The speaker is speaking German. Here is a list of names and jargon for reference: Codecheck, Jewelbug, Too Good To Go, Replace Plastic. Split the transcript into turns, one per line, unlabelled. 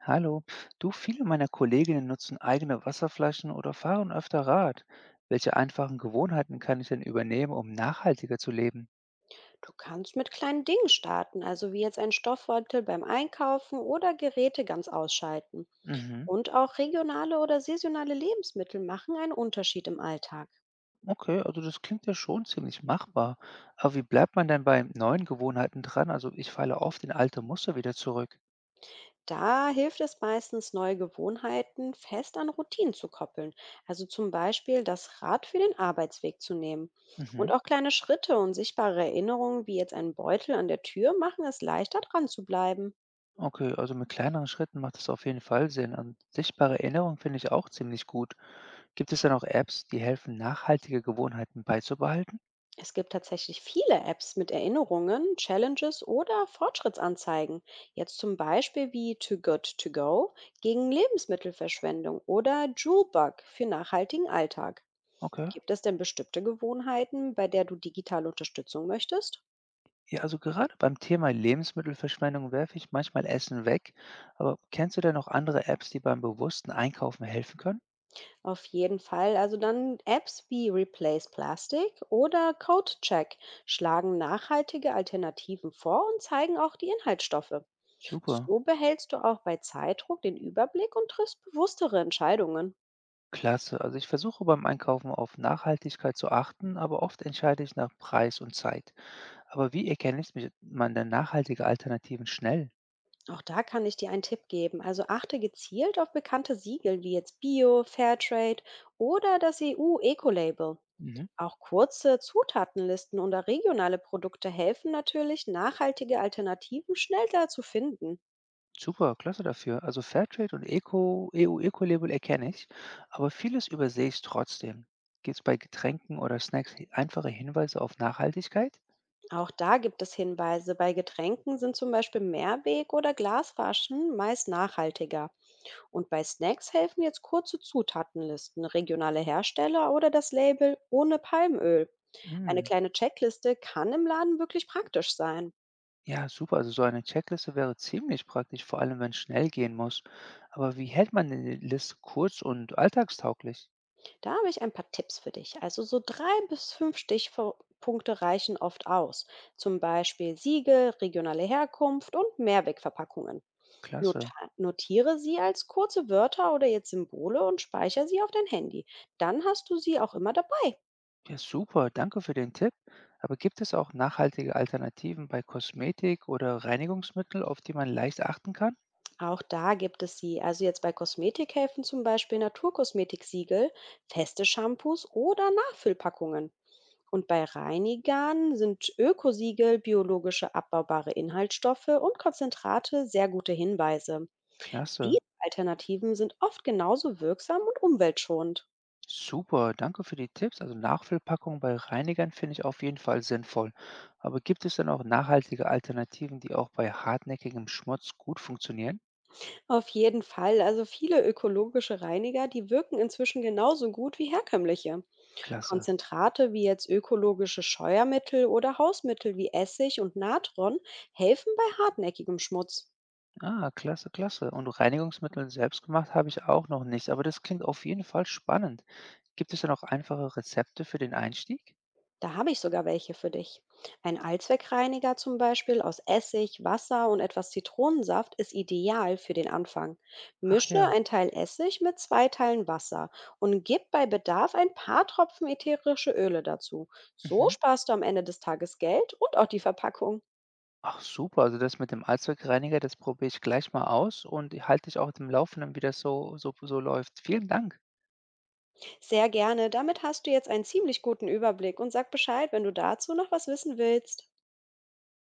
Hallo, du, viele meiner Kolleginnen nutzen eigene Wasserflaschen oder fahren öfter Rad. Welche einfachen Gewohnheiten kann ich denn übernehmen, um nachhaltiger zu leben?
Du kannst mit kleinen Dingen starten, also wie jetzt einen Stoffbeutel beim Einkaufen oder Geräte ganz ausschalten.
Mhm.
Und auch regionale oder saisonale Lebensmittel machen einen Unterschied im Alltag.
Okay, also das klingt ja schon ziemlich machbar. Aber wie bleibt man denn bei neuen Gewohnheiten dran? Also ich falle oft in alte Muster wieder zurück.
Da hilft es meistens, neue Gewohnheiten fest an Routinen zu koppeln. Also zum Beispiel das Rad für den Arbeitsweg zu nehmen. Und
Mhm.
auch kleine Schritte und sichtbare Erinnerungen wie jetzt ein Beutel an der Tür machen es leichter dran zu bleiben.
Okay, also mit kleineren Schritten macht das auf jeden Fall Sinn. Und sichtbare Erinnerung finde ich auch ziemlich gut. Gibt es denn auch Apps, die helfen, nachhaltige Gewohnheiten beizubehalten?
Es gibt tatsächlich viele Apps mit Erinnerungen, Challenges oder Fortschrittsanzeigen. Jetzt zum Beispiel wie Too Good To Go gegen Lebensmittelverschwendung oder Jewelbug für nachhaltigen Alltag.
Okay.
Gibt es denn bestimmte Gewohnheiten, bei der du digitale Unterstützung möchtest?
Ja, also gerade beim Thema Lebensmittelverschwendung werfe ich manchmal Essen weg. Aber kennst du denn noch andere Apps, die beim bewussten Einkaufen helfen können?
Auf jeden Fall. Also dann Apps wie Replace Plastic oder Codecheck schlagen nachhaltige Alternativen vor und zeigen auch die Inhaltsstoffe.
Super,
So behältst du auch bei Zeitdruck den Überblick und triffst bewusstere Entscheidungen.
klasse. Also ich versuche beim Einkaufen auf Nachhaltigkeit zu achten, aber oft entscheide ich nach Preis und Zeit. Aber wie man denn nachhaltige Alternativen schnell?
Auch da kann ich dir einen Tipp geben. Also achte gezielt auf bekannte Siegel wie jetzt Bio, Fairtrade oder das EU-Eco-Label.
Mhm.
Auch kurze Zutatenlisten oder regionale Produkte helfen natürlich, nachhaltige Alternativen schneller zu finden.
Super, klasse dafür. Also Fairtrade und Eco, EU-Eco-Label erkenne ich, aber vieles übersehe ich trotzdem. Gibt es bei Getränken oder Snacks einfache Hinweise auf Nachhaltigkeit?
Auch da gibt es Hinweise. Bei Getränken sind zum Beispiel Mehrweg- oder Glasflaschen meist nachhaltiger. Und bei Snacks helfen jetzt kurze Zutatenlisten, regionale Hersteller oder das Label ohne Palmöl. Eine
Mm.
kleine Checkliste kann im Laden wirklich praktisch sein.
Ja, super. Also so eine Checkliste wäre ziemlich praktisch, vor allem wenn es schnell gehen muss. Aber wie hält man denn die Liste kurz und alltagstauglich?
Da habe ich ein paar Tipps für dich. Also so drei bis fünf Stichpunkte reichen oft aus. Zum Beispiel Siegel, regionale Herkunft und Mehrwegverpackungen.
Klasse.
Notiere sie als kurze Wörter oder jetzt Symbole und speichere sie auf dein Handy. Dann hast du sie auch immer dabei.
Ja, super. Danke für den Tipp. Aber gibt es auch nachhaltige Alternativen bei Kosmetik oder Reinigungsmittel, auf die man leicht achten kann?
Auch da gibt es sie. Also jetzt bei Kosmetik helfen zum Beispiel Naturkosmetiksiegel, feste Shampoos oder Nachfüllpackungen. Und bei Reinigern sind Ökosiegel, biologische abbaubare Inhaltsstoffe und Konzentrate sehr gute Hinweise.
Klasse.
Diese Alternativen sind oft genauso wirksam und umweltschonend.
Super. Danke für die Tipps. Also Nachfüllpackungen bei Reinigern finde ich auf jeden Fall sinnvoll. Aber gibt es denn auch nachhaltige Alternativen, die auch bei hartnäckigem Schmutz gut funktionieren?
Auf jeden Fall, also viele ökologische Reiniger, die wirken inzwischen genauso gut wie herkömmliche.
Klasse.
Konzentrate wie jetzt ökologische Scheuermittel oder Hausmittel wie Essig und Natron helfen bei hartnäckigem Schmutz.
Ah, klasse, klasse. Und Reinigungsmittel selbst gemacht habe ich auch noch nicht, aber das klingt auf jeden Fall spannend. Gibt es denn auch einfache Rezepte für den Einstieg?
Da habe ich sogar welche für dich. Ein Allzweckreiniger zum Beispiel aus Essig, Wasser und etwas Zitronensaft ist ideal für den Anfang.
Ach
Mische
ja.
ein Teil Essig mit zwei Teilen Wasser und gib bei Bedarf ein paar Tropfen ätherische Öle dazu. So
Mhm.
sparst du am Ende des Tages Geld und auch die Verpackung.
Ach super, also das mit dem Allzweckreiniger, das probiere ich gleich mal aus und halte dich auch auf dem Laufenden, wie das so läuft. Vielen Dank.
Sehr gerne. Damit hast du jetzt einen ziemlich guten Überblick und sag Bescheid, wenn du dazu noch was wissen willst.